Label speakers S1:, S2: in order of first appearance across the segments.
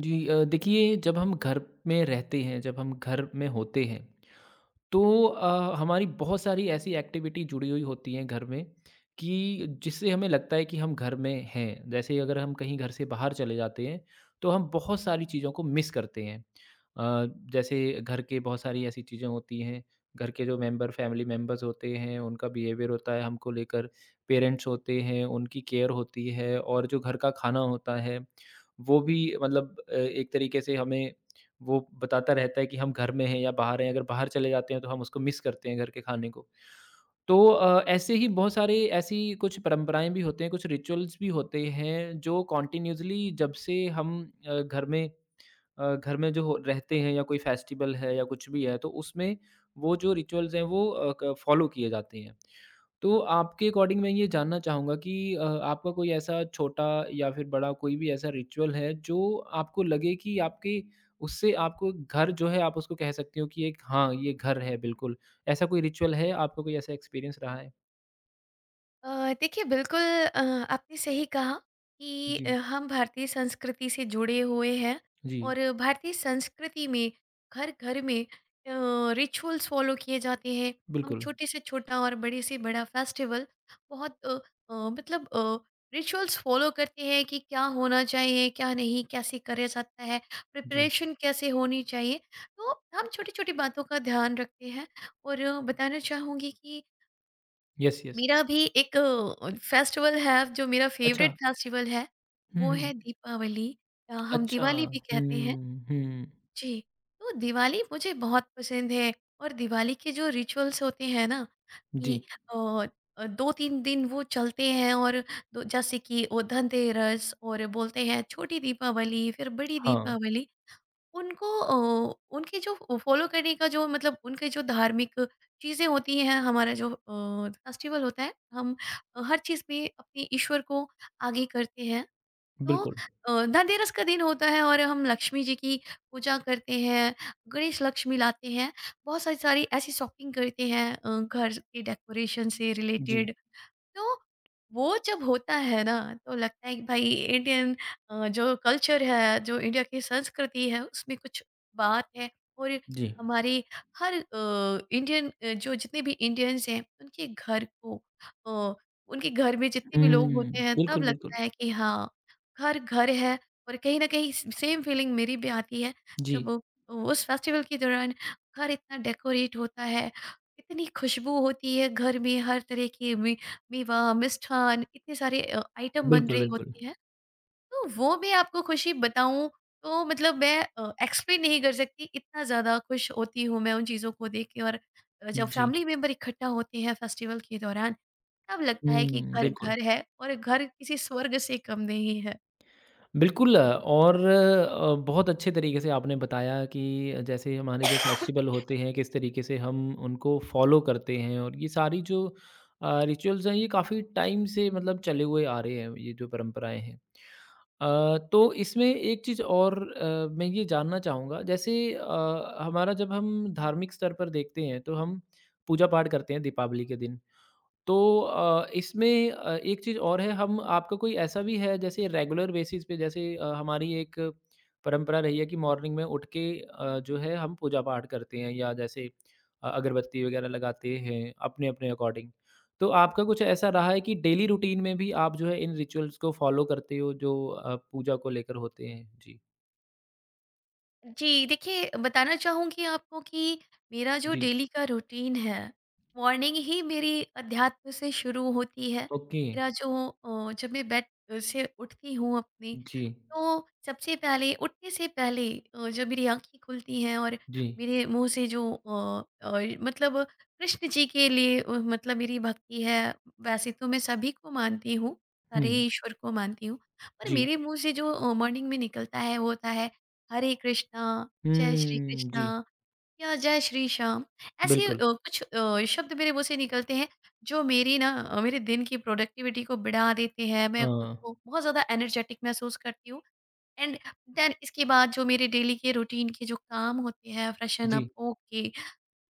S1: जी, देखिए जब हम घर में रहते हैं, जब हम घर में होते हैं, तो, हमारी बहुत सारी ऐसी एक्टिविटी जुड़ी हुई होती हैं घर में कि जिससे हमें लगता है कि हम घर में हैं। जैसे अगर हम कहीं घर से बाहर चले जाते हैं तो हम बहुत सारी चीज़ों को मिस करते हैं। जैसे घर के बहुत सारी ऐसी चीज़ें होती हैं, घर के जो मेंबर फैमिली मेंबर्स होते हैं, उनका बिहेवियर होता है हमको लेकर, पेरेंट्स होते हैं, उनकी केयर होती है और जो घर का खाना होता है, वो भी मतलब, एक तरीके से हमें वो बताता रहता है कि हम घर में हैं या बाहर हैं, अगर बाहर चले जाते हैं तो हम उसको मिस करते हैं घर के खाने को। तो, ऐसे ही बहुत सारे ऐसी कुछ परंपराएँ भी होते हैं, कुछ रिचुअल्स भी होते हैं जो कंटीन्यूअसली जब से हम अ, घर में घर में जो हो रहते हैं या कोई फेस्टिवल है या कुछ भी है, तो उसमें वो जो रिचुअल्स हैं वो अ, क फॉलो किए जाते हैं। तो आपके अकॉर्डिंग मैं ये जानना चाहूँगा कि, आपका कोई ऐसा छोटा या फिर बड़ा कोई भी ऐसा रिचुअल है जो आपको लगे कि आपके उससे आपको घर जो है आप उसको कह सकते हो कि एक हाँ, ये घर है बिल्कुल। ऐसा कोई रिचुअल है? आपका कोई ऐसा एक्सपीरियंस रहा है?
S2: अ, देखिए, बिल्कुल आपने सही कहा कि
S1: जी।
S2: हम भारतीय संस्कृति से जुड़े हुए हैं।
S1: जी,
S2: और भारतीय संस्कृति में घर घर में रिचुअल्स फॉलो किए जाते हैं। हम
S1: बिल्कुल।
S2: छोटे से छोटा और बड़े से बड़ा फेस्टिवल बहुत मतलब रिचुअल्स फॉलो करते हैं कि क्या होना चाहिए, क्या नहीं, कैसे करा जाता है,
S1: जी।
S2: प्रिपरेशन कैसे होनी चाहिए। तो हम छोटी छोटी बातों का ध्यान रखते हैं, और बताना चाहूँगी कि
S1: यस, यस।
S2: मेरा भी एक फेस्टिवल है जो मेरा
S1: अच्छा।
S2: फेवरेट फेस्टिवल है,
S1: हुँ,
S2: वो है
S1: हुँ।
S2: दीपावली। हम
S1: अच्छा।
S2: दिवाली भी कहते हैं।
S1: हुँ, हुँ।
S2: जी, तो दिवाली मुझे बहुत पसंद है और दिवाली के जो रिचुअल्स होते हैं ना कि
S1: जी।
S2: अ 2-3 दिन वो चलते हैं, और दो जैसे कि वो धनतेरस, और बोलते हैं छोटी दीपावली, फिर बड़ी
S1: हाँ,
S2: दीपावली। उनको उनके जो फॉलो करने का जो मतलब उनके जो धार्मिक चीज़ें होती हैं, हमारा जो फेस्टिवल होता है, हम हर चीज़ में अपने ईश्वर को आगे करते हैं। तो
S1: बिल्कुल।
S2: धनतेरस का दिन होता है और हम लक्ष्मी जी की पूजा करते हैं, गणेश लक्ष्मी लाते हैं, बहुत सारी सारी ऐसी शॉपिंग करते हैं घर के डेकोरेशन से
S1: जी,
S2: रिलेटेड। तो वो जब होता है ना तो लगता है कि भाई इंडियन जो कल्चर है, जो इंडिया की संस्कृति है, उसमें कुछ बात है। और
S1: जी।
S2: हमारी हर इंडियन, जो जितने भी इंडियंस हैं, उनके घर को अ, उनके घर में जितने भी लोग
S1: हुँ,
S2: होते हैं, तब
S1: बिल्कुल, बिल्कुल।
S2: लगता है कि हाँ, घर घर है। और कहीं ना कहीं सेम फीलिंग मेरी भी आती है,
S1: जी,
S2: जब उस फेस्टिवल के दौरान घर इतना डेकोरेट होता है, इतनी खुशबू होती है घर में हर तरह की, मेवा, मिष्ठान, इतने सारे आइटम बन
S1: बिल्कुल,
S2: रहे
S1: बिल्कुल।
S2: होते हैं। तो वो मैं आपको खुशी बताऊँ, तो मतलब मैं एक्सप्लेन नहीं कर सकती, इतना ज़्यादा खुश होती हूँ मैं उन चीज़ों को देख के। और जब
S1: जी।
S2: फैमिली मेंबर इकट्ठा होते हैं फेस्टिवल के दौरान, तब लगता है कि
S1: हुँ,
S2: घर
S1: बिल्कुल।
S2: घर है और घर किसी स्वर्ग से कम नहीं है।
S1: बिल्कुल और, बहुत अच्छे तरीके से आपने बताया कि जैसे हमारे जो फेस्टिवल होते हैं, किस तरीके से हम उनको फ़ॉलो करते हैं और ये सारी जो, रिचुअल्स हैं, ये काफ़ी टाइम से मतलब चले हुए आ रहे हैं, ये जो परंपराएँ हैं। अ, तो इसमें एक चीज़ और, मैं ये जानना चाहूँगा, जैसे, हमारा जब हम धार्मिक स्तर पर देखते हैं, तो हम पूजा-पाठ करते हैं दीपावली के दिन। तो, इसमें, एक चीज़ और है हम आपका कोई ऐसा भी है जैसे रेगुलर बेसिस पे जैसे, हमारी एक परंपरा रही है कि मॉर्निंग में उठ के, जो है हम पूजा पाठ करते हैं या जैसे, अगरबत्ती वगैरह लगाते हैं अपने अपने अकॉर्डिंग। तो आपका कुछ ऐसा रहा है कि डेली रूटीन में भी आप जो है इन रिचुअल्स को फॉलो करते हो जो, पूजा को लेकर होते हैं? जी,
S2: जी, देखिए बताना चाहूँगी आपको कि मेरा जो
S1: जी।
S2: डेली का रूटीन है, मॉर्निंग ही मेरी अध्यात्म से शुरू होती है।
S1: ओके।
S2: मेरा जो जब मैं बेड से उठती हूँ अपनी,
S1: जी,
S2: तो सबसे पहले उठने से पहले, जब मेरी आँखें खुलती हैं, और
S1: जी।
S2: मेरे मुँह से जो मतलब कृष्ण जी के लिए मतलब मेरी भक्ति है, वैसे तो मैं सभी को मानती हूँ, सारे
S1: हुँ,
S2: ईश्वर को मानती हूँ। पर
S1: जी।
S2: मेरे मुँह से जो मॉर्निंग में निकलता है, वो होता है हरे कृष्णा, जय श्री
S1: हुँ,
S2: कृष्णा,
S1: जी,
S2: या जय श्री श्याम। ऐसे
S1: बिल्कुल।
S2: कुछ शब्द मेरे मुँह से निकलते हैं जो मेरी ना मेरे दिन की प्रोडक्टिविटी को बढ़ा देते हैं। मैं खुद
S1: हाँ।
S2: को बहुत ज़्यादा एनर्जेटिक महसूस करती हूँ। एंड देन इसके बाद जो मेरे डेली के रूटीन के जो काम होते हैं, फ्रेशन अप
S1: जी,
S2: होके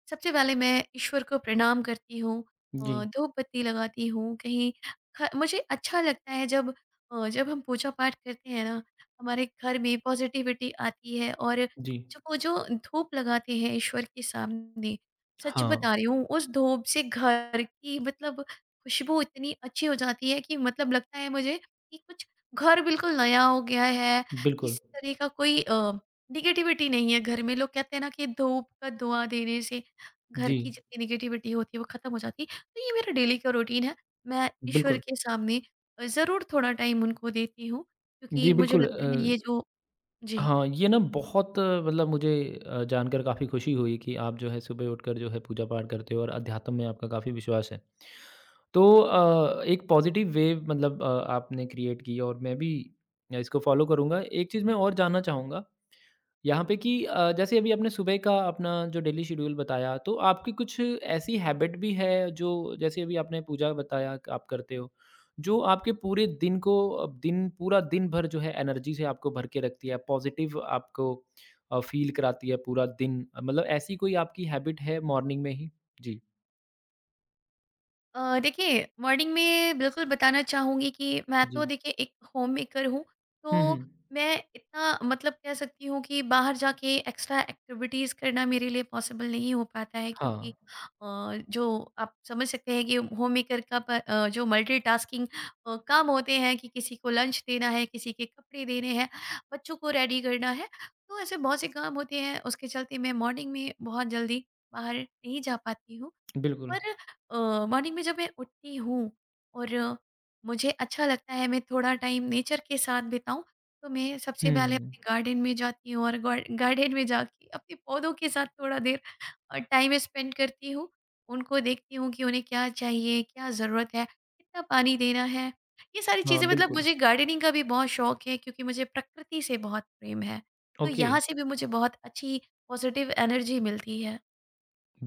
S2: सबसे पहले मैं ईश्वर को प्रणाम करती हूँ,
S1: जी।
S2: धूप बत्ती लगाती हूँ कहीं। मुझे अच्छा लगता है जब जब हम पूजा पाठ करते हैं ना, हमारे घर में पॉजिटिविटी आती है। और
S1: जी,
S2: जो वो जो धूप लगाते हैं ईश्वर के सामने, सच
S1: हाँ,
S2: बता रही हूँ, उस धूप से घर की मतलब खुशबू इतनी अच्छी हो जाती है कि मतलब लगता है मुझे कि कुछ घर बिल्कुल नया हो गया है,
S1: बिल्कुल।
S2: किसी तरह का कोई निगेटिविटी नहीं है घर में। लोग कहते हैं ना कि धूप का धुआं देने से घर
S1: जी,
S2: की जितनी नेगेटिविटी होती है वो खत्म हो जाती है। तो ये मेरा डेली का रूटीन है, मैं ईश्वर
S1: बिल्कुल।
S2: के सामने ज़रूर थोड़ा टाइम उनको देती हूँ क्योंकि
S1: जी,
S2: मुझे
S1: बिल्कुल
S2: लगता है
S1: अ,
S2: ये जो जी।
S1: हाँ, ये ना बहुत, मतलब मुझे, जानकर काफ़ी खुशी हुई कि आप जो है सुबह उठकर जो है पूजा-पाठ करते हो और अध्यात्म में आपका काफ़ी विश्वास है। तो, एक पॉज़िटिव वे मतलब, आपने क्रिएट की और मैं भी इसको फ़ॉलो करूँगा। एक चीज़ मैं और जानना चाहूँगा यहाँ पे कि, जैसे अभी आपने सुबह का अपना जो डेली शेड्यूल बताया, तो आपकी कुछ ऐसी हैबिट भी है जो जैसे अभी आपने पूजा बताया क आप करते हो, जो आपके पूरे दिन को, दिन पूरा दिन भर जो है एनर्जी से आपको भर के रखती है, पॉज़िटिव आपको, फ़ील कराती है पूरा दिन? मतलब ऐसी कोई आपकी हैबिट है मॉर्निंग में ही? जी।
S2: देखिए, मॉर्निंग में बिल्कुल बताना चाहूँगी कि मैं
S1: जी।
S2: तो देखिए एक होम मेकर हूँ,
S1: हुँ, हुँ।
S2: तो मैं इतना मतलब कह सकती हूँ कि बाहर जाके एक्स्ट्रा एक्टिविटीज़ करना मेरे लिए पॉसिबल नहीं हो पाता है,
S1: हाँ,
S2: क्योंकि जो आप समझ सकते हैं कि होम मेकर का जो मल्टीटास्किंग काम होते हैं, कि किसी को लंच देना है, किसी के कपड़े देने हैं, बच्चों को रेडी करना है, तो ऐसे बहुत से काम होते हैं, उसके चलते मैं मॉर्निंग में बहुत जल्दी बाहर नहीं जा पाती हूँ।
S1: बिल्कुल।
S2: पर मॉर्निंग में जब मैं उठती हूँ और मुझे अच्छा लगता है मैं थोड़ा टाइम नेचर के साथ बिताऊं, तो मैं सबसे पहले
S1: हुँ।
S2: अपने गार्डन में जाती हूँ, और गार्डन में जाके अपने पौधों के साथ थोड़ा देर टाइम स्पेंड करती हूँ, उनको देखती हूँ कि उन्हें क्या चाहिए, क्या ज़रूरत है, कितना पानी देना है। ये सारी
S1: हाँ,
S2: चीज़ें मतलब
S1: बिल्कुल।
S2: मुझे गार्डनिंग का भी बहुत शौक है, क्योंकि मुझे प्रकृति से बहुत प्रेम है। तो
S1: ओके।
S2: यहाँ से भी मुझे बहुत अच्छी पॉजिटिव एनर्जी मिलती है।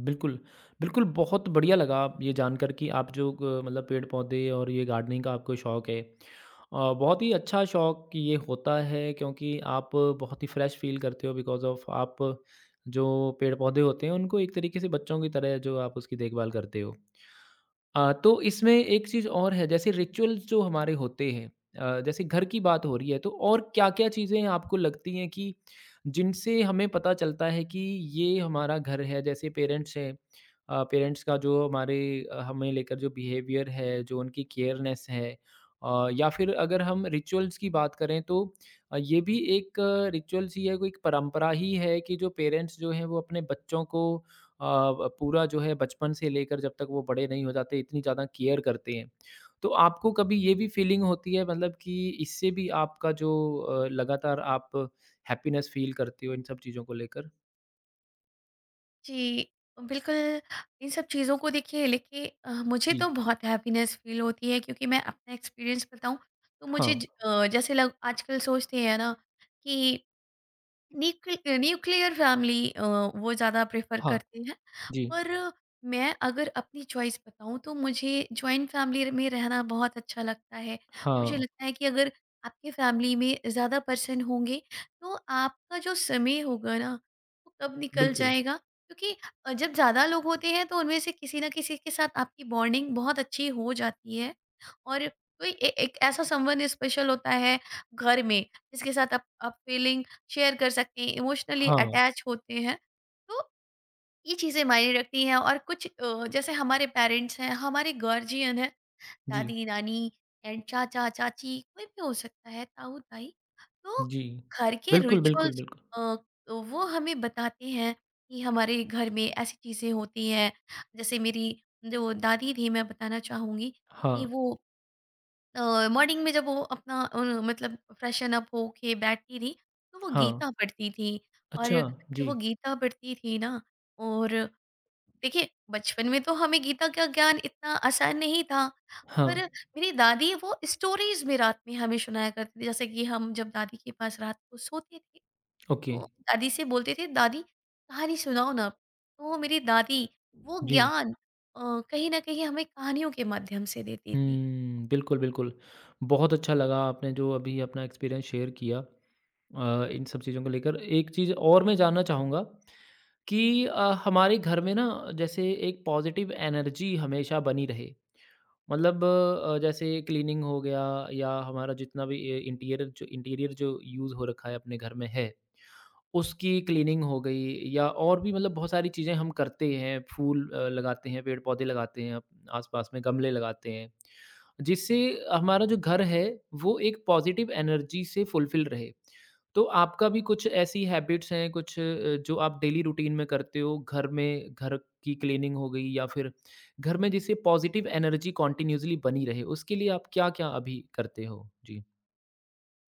S1: बिल्कुल, बिल्कुल, बहुत बढ़िया लगा आप ये जानकर कि आप जो ग मतलब पेड़-पौधे और ये गार्डनिंग का आपको शौक है। बहुत ही अच्छा शौक ये होता है क्योंकि आप बहुत ही फ्रेश फ़ील करते हो बिकॉज़ ऑफ़ आप जो पेड़-पौधे होते हैं उनको एक तरीके से बच्चों की तरह जो आप उसकी देखभाल करते हो। तो इसमें एक चीज़ और है जैसे रिचुअल्स जो हमारे होते हैं, जैसे घर की बात हो रही है तो और क्या-क्या चीज़ें आपको लगती हैं कि जिनसे हमें पता चलता है कि ये हमारा घर है? जैसे पेरेंट्स हैं, पेरेंट्स का जो हमारे, हमें लेकर जो बिहेवियर है, जो उनकी केयरनेस है, या फिर अगर हम रिचुअल्स की बात करें तो, ये भी एक रिचुअल्स ही है, कोई एक परंपरा ही है कि जो पेरेंट्स जो हैं वो अपने बच्चों को अ, ब पूरा जो है बचपन से लेकर जब तक वो बड़े नहीं हो जाते इतनी ज़्यादा केयर करते हैं। तो आपको कभी ये भी फीलिंग होती है मतलब कि इससे भी आपका जो, लगातार आप हैप्पीनेस फील करते हो इन सब चीज़ों को लेकर?
S2: जी, बिल्कुल, इन सब चीज़ों को देखिए लेके मुझे
S1: जी।
S2: तो बहुत हैप्पीनेस फ़ील होती है, क्योंकि मैं अपना एक्सपीरियंस बताऊँ, तो
S1: हाँ,
S2: मुझे जैसे लग आजकल सोचते हैं ना कि न्यूक्लियर फैमिली वो ज़्यादा प्रेफर
S1: हाँ,
S2: करते हैं।
S1: जी।
S2: और मैं अगर अपनी चॉइस बताऊं, तो मुझे जॉइंट फैमिली में रहना बहुत अच्छा लगता है। मुझे
S1: हाँ,
S2: लगता है कि अगर आपके फैमिली में ज़्यादा पर्सन होंगे, तो आपका जो समय होगा ना, वो कब निकल
S1: बिल्कुल।
S2: जाएगा, क्योंकि जब ज़्यादा लोग होते हैं तो उनमें से किसी ना किसी के साथ आपकी बॉन्डिंग बहुत अच्छी हो जाती है। और कोई एक ऐसा संबंध स्पेशल होता है घर में, जिसके साथ आप फीलिंग शेयर कर सकते हैं, इमोशनली
S1: हाँ,
S2: अटैच होते हैं। तो ये चीज़ें मायने रखती हैं। और कुछ जैसे हमारे पेरेंट्स हैं, हमारे गार्जियन हैं,
S1: जी,
S2: दादी-नानी एंड चाचा-चाची कोई भी हो सकता है, ताऊ-ताई। तो
S1: जी।
S2: घर के
S1: बिल्कुल, बिल्कुल,
S2: रिचुअल्स
S1: बिल्कुल।
S2: अ, तो वो हमें बताते हैं कि हमारे घर में ऐसी चीज़ें होती हैं। जैसे मेरी जो दादी थी, मैं बताना चाहूँगी
S1: हाँ,
S2: कि वो मॉर्निंग में जब वो अपना मतलब फ्रेशन अप होके बैठती थी, तो वो गीता
S1: हाँ।
S2: पढ़ती थी। और
S1: अच्छा,
S2: जब
S1: जी।
S2: वो गीता पढ़ती थी ना, और देखिए, बचपन में तो हमें गीता का ज्ञान इतना आसान नहीं था,
S1: हाँ,
S2: पर मेरी दादी वो स्टोरीज में रात में हमें सुनाया करती थी। जैसे कि हम जब दादी के पास रात को सोते थे,
S1: ओके।
S2: तो दादी से बोलते थे दादी कहानी सुनाओ ना, तो मेरी दादी वो
S1: जी।
S2: ज्ञान कहीं ना कहीं हमें कहानियों के माध्यम से देती थी।
S1: हुँ, बिल्कुल, बिल्कुल। बहुत अच्छा लगा आपने जो अभी अपना एक्सपीरियंस शेयर किया। इन सब चीज़ों को लेकर एक चीज़ और मैं जानना चाहूँगा कि, हमारे घर में ना जैसे एक पॉजिटिव एनर्जी हमेशा बनी रहे मतलब, जैसे क्लीनिंग हो गया या हमारा जितना भी इंटीरियर जो यूज़ हो रखा है अपने घर में है उसकी क्लीनिंग हो गई या और भी मतलब बहुत सारी चीज़ें हम करते हैं, फूल, लगाते हैं, पेड़-पौधे लगाते हैं, अप आस-पास में गमले लगाते हैं, जिससे हमारा जो घर है, वो एक पॉज़िटिव एनर्जी से फुलफ़िल रहे। तो आपका भी कुछ ऐसी हैबिट्स हैं, कुछ, जो आप डेली रूटीन में करते हो, घर में घर की क्लीनिंग हो गई या फिर घर में जिससे पॉज़िटिव एनर्जी कंटीन्यूअसली बनी रहे, उसके लिए आप क्या-क्या अभी करते हो? जी।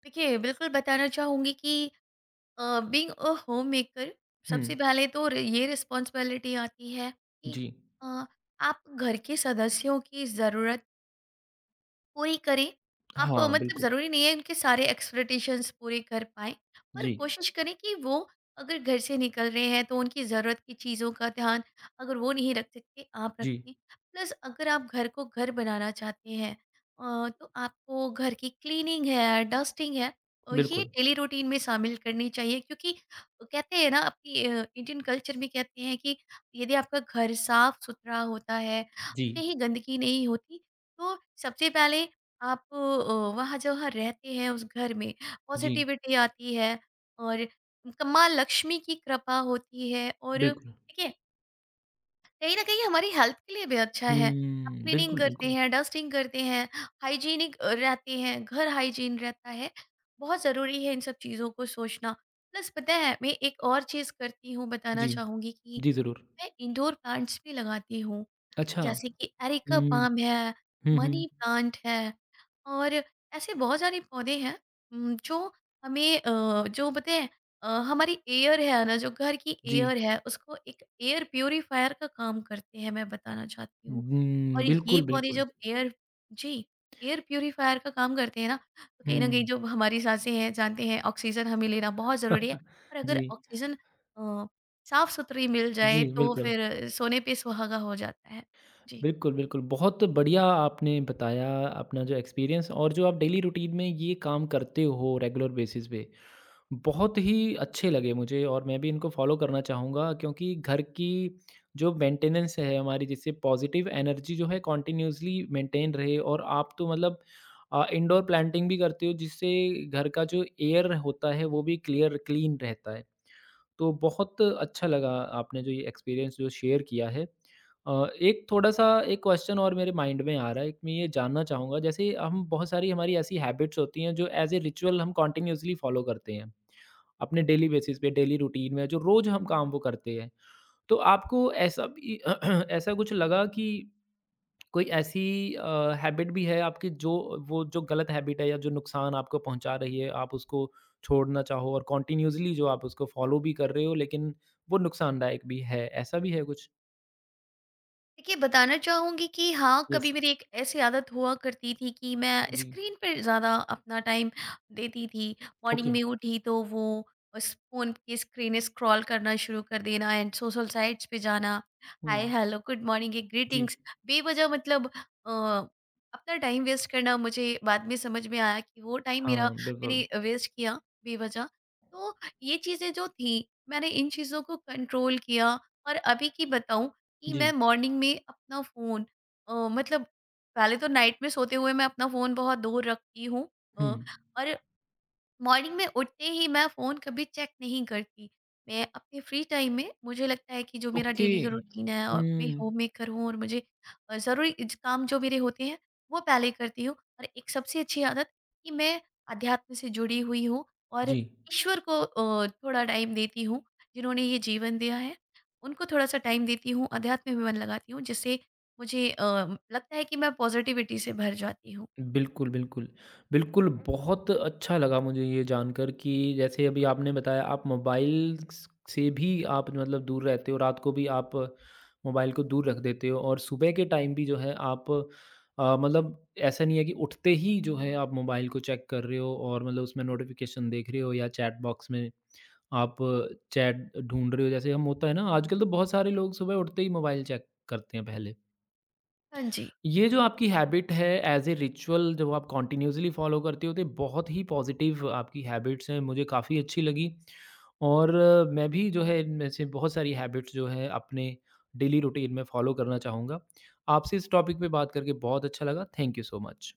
S2: देखिए, बिल्कुल बताना चाहूँगी कि बीइंग अ होममेकर
S1: हुँ।
S2: सबसे पहले तो र ये रिस्पॉन्सिबिलिटी आती है कि
S1: जी।
S2: अ, आप घर के सदस्यों की ज़रूरत पूरी करें। आप
S1: हाँ,
S2: मतलब
S1: बिल्कुल।
S2: ज़रूरी नहीं है उनके सारे एक्सपेक्टेशंस पूरे कर पाएँ, पर
S1: जी।
S2: कोशिश करें कि वो अगर घर से निकल रहे हैं, तो उनकी ज़रूरत की चीज़ों का ध्यान, अगर वो नहीं रख सकते, आप
S1: जी।
S2: रखें। प्लस अगर आप घर को घर बनाना चाहते हैं, तो आपको घर की क्लीनिंग है, डस्टिंग है, ये
S1: बिल्कुल।
S2: डेली रूटीन में शामिल करनी चाहिए, क्योंकि कहते हैं ना, अपनी इंडियन कल्चर में कहते हैं कि यदि आपका घर साफ-सुथरा होता है,
S1: जी,
S2: कहीं गंदगी नहीं होती, तो सबसे पहले आप वहाँ जहाँ रहते हैं उस घर में
S1: जी,
S2: पॉजिटिविटी आती है, और माँ लक्ष्मी की कृपा होती है। और
S1: बिल्कुल।
S2: देखिए, कहीं ना कहीं हमारी हेल्थ के लिए भी अच्छा है। आप
S1: हुँ,
S2: क्लीनिंग
S1: बिल्कुल,
S2: करते
S1: बिल्कुल।
S2: हैं, डस्टिंग करते हैं, हाइजीनिक रहते हैं, घर हाइजीन रहता है। बहुत ज़रूरी है इन सब चीज़ों को सोचना। प्लस पता है, मैं एक और चीज़ करती हूँ, बताना
S1: जी,
S2: चाहूँगी कि
S1: जी, ज़रूर।
S2: मैं इंडोर प्लांट्स भी लगाती हूँ,
S1: अच्छा।
S2: जैसे कि एरिका
S1: हुँ,
S2: पाम है,
S1: हुँ, हुँ।
S2: मनी प्लांट है, और ऐसे बहुत सारे पौधे हैं। जो हमें जो पता है हमारी एयर है ना, जो घर की
S1: जी,
S2: एयर है, उसको एक एयर प्यूरीफायर का काम करते हैं, मैं बताना चाहती हूँ। और
S1: हुँ,
S2: ये
S1: बिल्कुल,
S2: पौधे
S1: बिल्कुल।
S2: जब एयर, जी, एयर प्यूरीफायर का काम करते हैं ना, तो कहीं न कहीं
S1: हुँ।
S2: जो हमारी साँसें हैं, जानते हैं, ऑक्सीजन हमें लेना बहुत ज़रूरी है। और अगर
S1: जी,
S2: ऑक्सीजन अ, साफ-सुथरी मिल जाए,
S1: जी,
S2: तो
S1: बिल्कुल।
S2: फिर सोने पे सुहागा हो जाता है। जी,
S1: बिल्कुल, बिल्कुल। बहुत बढ़िया आपने बताया अपना जो एक्सपीरियंस और जो आप डेली रूटीन में ये काम करते हो रेगुलर बेसिस पे, बहुत ही अच्छे लगे मुझे और मैं भी इनको फॉलो करना चाहूँगा क्योंकि घर की जो मेंटेनेंस है हमारी जिससे पॉजिटिव एनर्जी जो है कंटिन्यूअसली मेंटेन रहे और आप तो मतलब, इंडोर प्लांटिंग भी करते हो जिससे घर का जो एयर होता है वो भी क्लियर क्लीन रहता है। तो बहुत अच्छा लगा आपने जो ये एक्सपीरियंस जो शेयर किया है। एक थोड़ा-सा एक क्वेश्चन और मेरे माइंड में आ रहा है, एक मैं ये जानना चाहूँगा जैसे हम बहुत सारी हमारी ऐसी हैबिट्स होती हैं जो एज़ ए रिचुअल हम कंटिन्यूअसली फॉलो करते हैं, अपने डेली बेसिस पे डेली रूटीन में जो रोज़ हम काम वो करते हैं। तो आपको ऐसा भी ऐसा कुछ लगा कि कोई ऐसी, हैबिट भी है आपकी जो वो जो गलत हैबिट है या जो नुकसान आपको पहुंचा रही है आप उसको छोड़ना चाहो और कॉन्टिन्यूसली जो आप उसको फॉलो भी कर रहे हो लेकिन वो नुकसानदायक भी है ऐसा भी है कुछ।
S2: देखिए बताना चाहूँगी कि हाँ,
S1: यस।
S2: कभी मेरी एक ऐसी आदत हुआ करती थी कि मैं
S1: जी।
S2: स्क्रीन पर ज़्यादा अपना टाइम देती थी। Morning
S1: okay.
S2: में उठी तो वो उस फ़ोन की स्क्रीन स्क्रॉल करना शुरू कर देना, एंड सोशल साइट्स पे जाना, हाय
S1: हम्म।
S2: हेलो गुड मॉर्निंग ये
S1: जी।
S2: ग्रीटिंग्स, बेवजह मतलब अपना टाइम वेस्ट करना। मुझे बाद में समझ में आया कि वो टाइम मेरा
S1: हाँ, बिल्कुल।
S2: मैंने वेस्ट किया बेवजह। तो ये चीज़ें जो थी, मैंने इन चीज़ों को कंट्रोल किया। और अभी की बताऊं, कि मैं
S1: जी।
S2: मॉर्निंग में अपना फ़ोन मतलब पहले तो नाइट में सोते हुए मैं अपना फ़ोन बहुत दूर रखती हूँ, अ,
S1: हम्म।
S2: और मॉर्निंग में उठते ही मैं फ़ोन कभी चेक नहीं करती। मैं अपने फ्री टाइम में मुझे लगता है कि जो मेरा
S1: ओके।
S2: डेली का रूटीन है, और मैं
S1: हम्म।
S2: होममेकर हूँ, और मुझे ज़रूरी ज काम जो मेरे होते हैं, वो पहले करती हूँ। और एक सबसे अच्छी आदत कि मैं अध्यात्म से जुड़ी हुई हूँ, और
S1: जी।
S2: ईश्वर को थोड़ा टाइम देती हूँ, जिन्होंने ये जीवन दिया है, उनको थोड़ा-सा टाइम देती हूँ, अध्यात्म में मन लगाती हूँ, जिससे मुझे लगता है कि मैं पॉज़िटिविटी से भर जाती हूँ।
S1: बिल्कुल, बिल्कुल। बिल्कुल, बहुत अच्छा लगा मुझे ये जानकर कि जैसे अभी आपने बताया आप मोबाइल स से भी आप मतलब दूर रहते हो, रात को भी आप मोबाइल को दूर रख देते हो और सुबह के टाइम भी जो है आप, मतलब ऐसा नहीं है कि उठते ही जो है आप मोबाइल को चेक कर रहे हो और मतलब उसमें नोटिफ़िकेशन देख रहे हो या चैट बॉक्स में आप चैट ढूँढ रहे हो। जैसे हम होता है ना आजकल तो बहुत सारे लोग सुबह उठते ही मोबाइल चेक करते हैं पहले।
S2: हाँ जी।
S1: ये जो आपकी हैबिट है एज ए रिचुअल जो आप कंटिन्यूअसली फॉलो करते हो तो ये बहुत ही पॉजिटिव आपकी हैबिट्स हैं मुझे काफ़ी अच्छी लगी और, मैं भी जो है इनमें से बहुत सारी हैबिट्स जो है अपने डेली रूटीन में फॉलो करना चाहूँगा। आपसे इस टॉपिक पे बात करके बहुत अच्छा लगा थैंक यू सो मच।